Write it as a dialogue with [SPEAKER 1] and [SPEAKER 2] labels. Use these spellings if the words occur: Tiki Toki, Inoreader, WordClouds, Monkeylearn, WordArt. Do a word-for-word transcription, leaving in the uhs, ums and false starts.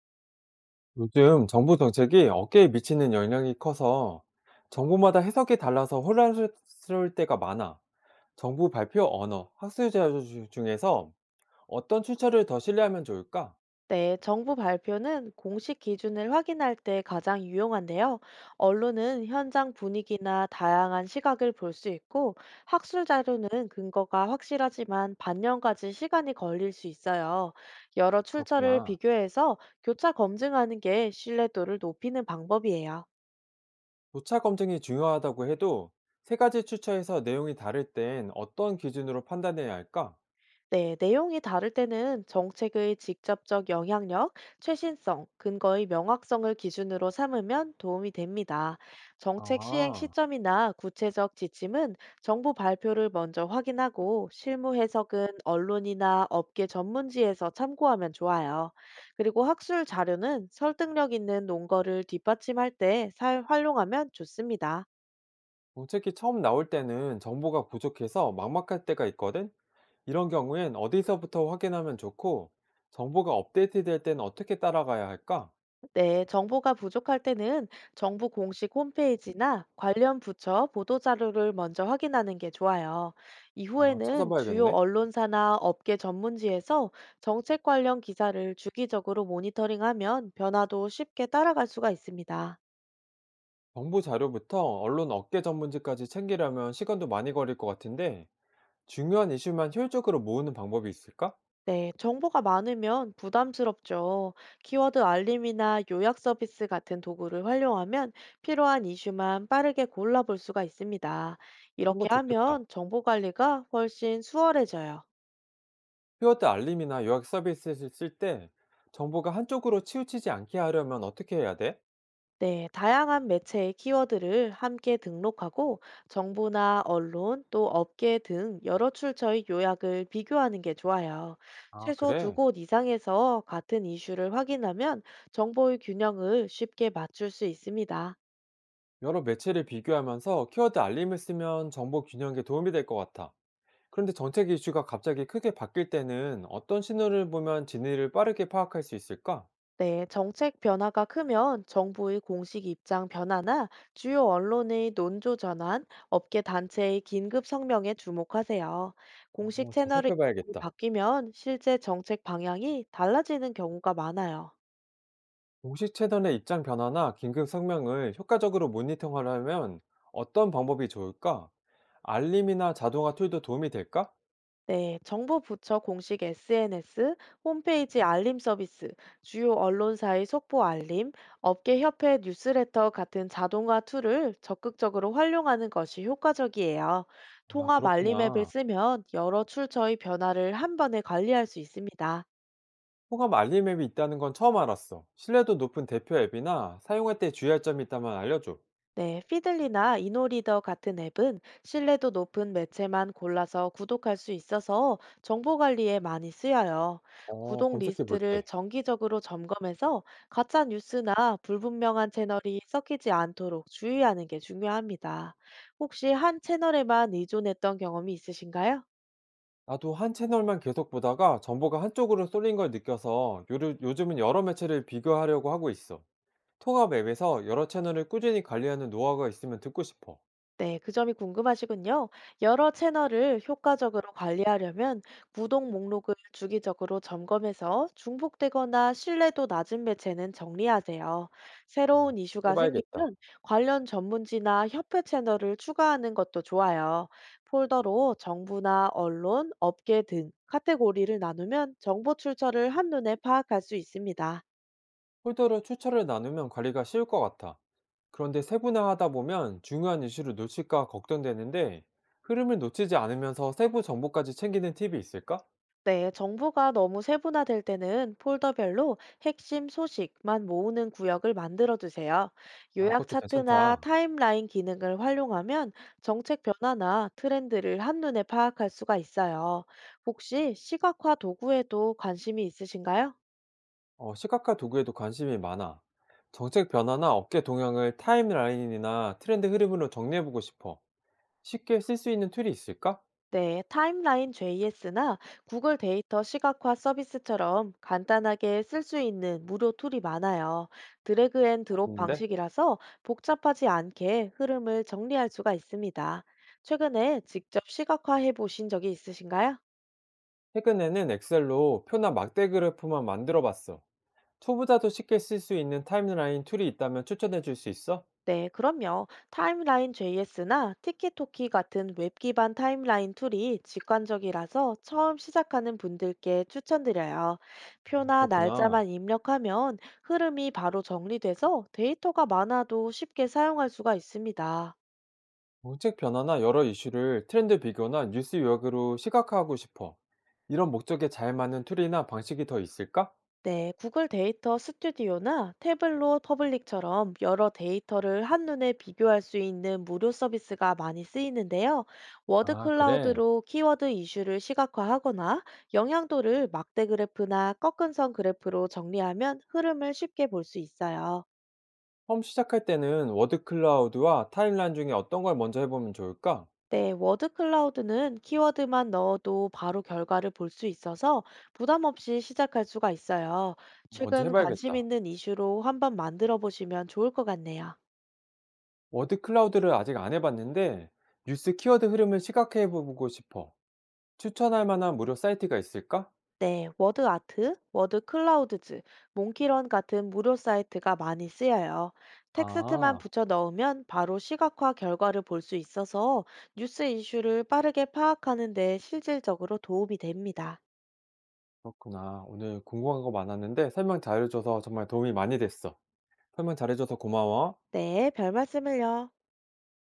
[SPEAKER 1] 요즘 정부 정책이 어깨에 미치는 영향이 커서 정부마다 해석이 달라서 혼란스러울 때가 많아. 정부 발표 언어, 학술 자료 주- 중에서 어떤 출처를 더 신뢰하면 좋을까?
[SPEAKER 2] 네, 정부 발표는 공식 기준을 확인할 때 가장 유용한데요. 언론은 현장 분위기나 다양한 시각을 볼 수 있고, 학술 자료는 근거가 확실하지만 반년까지 시간이 걸릴 수 있어요. 여러 출처를
[SPEAKER 1] 그렇구나.
[SPEAKER 2] 비교해서 교차 검증하는 게 신뢰도를 높이는 방법이에요.
[SPEAKER 1] 교차 검증이 중요하다고 해도 세 가지 출처에서 내용이 다를 땐 어떤 기준으로 판단해야 할까?
[SPEAKER 2] 네, 내용이 다를 때는 정책의 직접적 영향력, 최신성, 근거의 명확성을 기준으로 삼으면 도움이 됩니다. 정책 시행
[SPEAKER 1] 아.
[SPEAKER 2] 시점이나 구체적 지침은 정부 발표를 먼저 확인하고 실무 해석은 언론이나 업계 전문지에서 참고하면 좋아요. 그리고 학술 자료는 설득력 있는 논거를 뒷받침할 때 잘 활용하면 좋습니다.
[SPEAKER 1] 정책이 처음 나올 때는 정보가 부족해서 막막할 때가 있거든? 이런 경우엔 어디서부터 확인하면 좋고, 정보가 업데이트될 때는 어떻게 따라가야 할까?
[SPEAKER 2] 네, 정보가 부족할 때는 정부 공식 홈페이지나 관련 부처 보도 자료를 먼저 확인하는 게 좋아요.
[SPEAKER 1] 아,
[SPEAKER 2] 이후에는 주요
[SPEAKER 1] 찾아봐야겠네.
[SPEAKER 2] 언론사나 업계 전문지에서 정책 관련 기사를 주기적으로 모니터링하면 변화도 쉽게 따라갈 수가 있습니다.
[SPEAKER 1] 정부 자료부터 언론 업계 전문지까지 챙기려면 시간도 많이 걸릴 것 같은데, 중요한 이슈만 효율적으로 모으는 방법이 있을까?
[SPEAKER 2] 네, 정보가 많으면 부담스럽죠. 키워드 알림이나 요약 서비스 같은 도구를 활용하면 필요한 이슈만 빠르게 골라볼 수가 있습니다.
[SPEAKER 1] 그런
[SPEAKER 2] 이렇게
[SPEAKER 1] 거 좋겠다.
[SPEAKER 2] 하면 정보 관리가 훨씬 수월해져요.
[SPEAKER 1] 키워드 알림이나 요약 서비스를 쓸 때 정보가 한쪽으로 치우치지 않게 하려면 어떻게 해야 돼?
[SPEAKER 2] 네, 다양한 매체의 키워드를 함께 등록하고 정부나 언론 또 업계 등 여러 출처의 요약을 비교하는 게 좋아요.
[SPEAKER 1] 아,
[SPEAKER 2] 최소 두
[SPEAKER 1] 그래.
[SPEAKER 2] 곳 이상에서 같은 이슈를 확인하면 정보의 균형을 쉽게 맞출 수 있습니다.
[SPEAKER 1] 여러 매체를 비교하면서 키워드 알림을 쓰면 정보 균형에 도움이 될 것 같아. 그런데 정책 이슈가 갑자기 크게 바뀔 때는 어떤 신호를 보면 진위를 빠르게 파악할 수 있을까?
[SPEAKER 2] 네, 정책 변화가 크면 정부의 공식 입장 변화나 주요 언론의 논조 전환, 업계 단체의 긴급 성명에 주목하세요. 공식
[SPEAKER 1] 어, 잘
[SPEAKER 2] 채널이
[SPEAKER 1] 살펴봐야겠다.
[SPEAKER 2] 바뀌면 실제 정책 방향이 달라지는 경우가 많아요.
[SPEAKER 1] 공식 채널의 입장 변화나 긴급 성명을 효과적으로 모니터하려면 어떤 방법이 좋을까? 알림이나 자동화 툴도 도움이 될까?
[SPEAKER 2] 네, 정부 부처 공식 에스엔에스, 홈페이지 알림 서비스, 주요 언론사의 속보 알림, 업계협회 뉴스레터 같은 자동화 툴을 적극적으로 활용하는 것이 효과적이에요.
[SPEAKER 1] 아,
[SPEAKER 2] 통합 알림 앱을
[SPEAKER 1] 그렇구나.
[SPEAKER 2] 쓰면 여러 출처의 변화를 한 번에 관리할 수 있습니다.
[SPEAKER 1] 호감 알림 앱이 있다는 건 처음 알았어. 신뢰도 높은 대표 앱이나 사용할 때 주의할 점이 있다면 알려줘.
[SPEAKER 2] 네, 피들리나 이노리더 같은 앱은 신뢰도 높은 매체만 골라서 구독할 수 있어서 정보 관리에 많이 쓰여요.
[SPEAKER 1] 어,
[SPEAKER 2] 구독
[SPEAKER 1] 검색해
[SPEAKER 2] 리스트를
[SPEAKER 1] 볼게.
[SPEAKER 2] 정기적으로 점검해서 가짜 뉴스나 불분명한 채널이 섞이지 않도록 주의하는 게 중요합니다. 혹시 한 채널에만 의존했던 경험이 있으신가요?
[SPEAKER 1] 나도 한 채널만 계속 보다가 정보가 한쪽으로 쏠린 걸 느껴서 요르- 요즘은 여러 매체를 비교하려고 하고 있어. 통합 앱에서 여러 채널을 꾸준히 관리하는 노하우가 있으면 듣고 싶어.
[SPEAKER 2] 네, 그 점이 궁금하시군요. 여러 채널을 효과적으로 관리하려면 구독 목록을 주기적으로 점검해서 중복되거나 신뢰도 낮은 매체는 정리하세요. 새로운 이슈가
[SPEAKER 1] 해봐야겠다.
[SPEAKER 2] 생기면 관련 전문지나 협회 채널을 추가하는 것도 좋아요. 폴더로 정부나 언론, 업계 등 카테고리를 나누면 정보 출처를 한눈에 파악할 수 있습니다.
[SPEAKER 1] 폴더로 추천을 나누면 관리가 쉬울 것 같아. 그런데 세분화하다 보면 중요한 이슈를 놓칠까 걱정되는데 흐름을 놓치지 않으면서 세부 정보까지 챙기는 팁이 있을까?
[SPEAKER 2] 네, 정보가 너무 세분화될 때는 폴더별로 핵심 소식만 모으는 구역을 만들어 두세요.
[SPEAKER 1] 아,
[SPEAKER 2] 요약
[SPEAKER 1] 그것도
[SPEAKER 2] 차트나
[SPEAKER 1] 괜찮다.
[SPEAKER 2] 타임라인 기능을 활용하면 정책 변화나 트렌드를 한눈에 파악할 수가 있어요. 혹시 시각화 도구에도 관심이 있으신가요?
[SPEAKER 1] 어, 시각화 도구에도 관심이 많아. 정책 변화나 업계 동향을 타임라인이나 트렌드 흐름으로 정리해보고 싶어. 쉽게 쓸 수 있는 툴이 있을까?
[SPEAKER 2] 네, 타임라인 제이에스나 구글 데이터 시각화 서비스처럼 간단하게 쓸 수 있는 무료 툴이 많아요. 드래그 앤 드롭
[SPEAKER 1] 했는데
[SPEAKER 2] 방식이라서 복잡하지 않게 흐름을 정리할 수가 있습니다. 최근에 직접 시각화해 보신 적이 있으신가요?
[SPEAKER 1] 최근에는 엑셀로 표나 막대 그래프만 만들어 봤어. 초보자도 쉽게 쓸 수 있는 타임라인 툴이 있다면 추천해 줄 수 있어?
[SPEAKER 2] 네, 그럼요. 타임라인 제이에스나 티키토키 같은 웹 기반 타임라인 툴이 직관적이라서 처음 시작하는 분들께 추천드려요. 표나
[SPEAKER 1] 그렇구나.
[SPEAKER 2] 날짜만 입력하면 흐름이 바로 정리돼서 데이터가 많아도 쉽게 사용할 수가 있습니다.
[SPEAKER 1] 정책 변화나 여러 이슈를 트렌드 비교나 뉴스 요약으로 시각화하고 싶어. 이런 목적에 잘 맞는 툴이나 방식이 더 있을까?
[SPEAKER 2] 네, 구글 데이터 스튜디오나 태블로 퍼블릭처럼 여러 데이터를 한눈에 비교할 수 있는 무료 서비스가 많이 쓰이는데요. 워드
[SPEAKER 1] 아, 그래.
[SPEAKER 2] 클라우드로 키워드 이슈를 시각화하거나 영향도를 막대 그래프나 꺾은 선 그래프로 정리하면 흐름을 쉽게 볼 수 있어요.
[SPEAKER 1] 처음 시작할 때는 워드 클라우드와 타임라인 중에 어떤 걸 먼저 해보면 좋을까?
[SPEAKER 2] 네, 워드 클라우드는 키워드만 넣어도 바로 결과를 볼 수 있어서 부담 없이 시작할 수가 있어요.
[SPEAKER 1] 먼저
[SPEAKER 2] 최근 관심
[SPEAKER 1] 해봐야겠다.
[SPEAKER 2] 있는 이슈로 한번 만들어 보시면 좋을 것 같네요.
[SPEAKER 1] 워드 클라우드를 아직 안 해봤는데 뉴스 키워드 흐름을 시각화해보고 싶어. 추천할 만한 무료 사이트가 있을까?
[SPEAKER 2] 네, 워드아트, 워드클라우드즈, 몽키런 같은 무료 사이트가 많이 쓰여요. 텍스트만
[SPEAKER 1] 아,
[SPEAKER 2] 붙여 넣으면 바로 시각화 결과를 볼 수 있어서 뉴스 이슈를 빠르게 파악하는 데 실질적으로 도움이 됩니다.
[SPEAKER 1] 그렇구나. 오늘 궁금한 거 많았는데 설명 잘해줘서 정말 도움이 많이 됐어. 설명 잘해줘서 고마워.
[SPEAKER 2] 네, 별 말씀을요.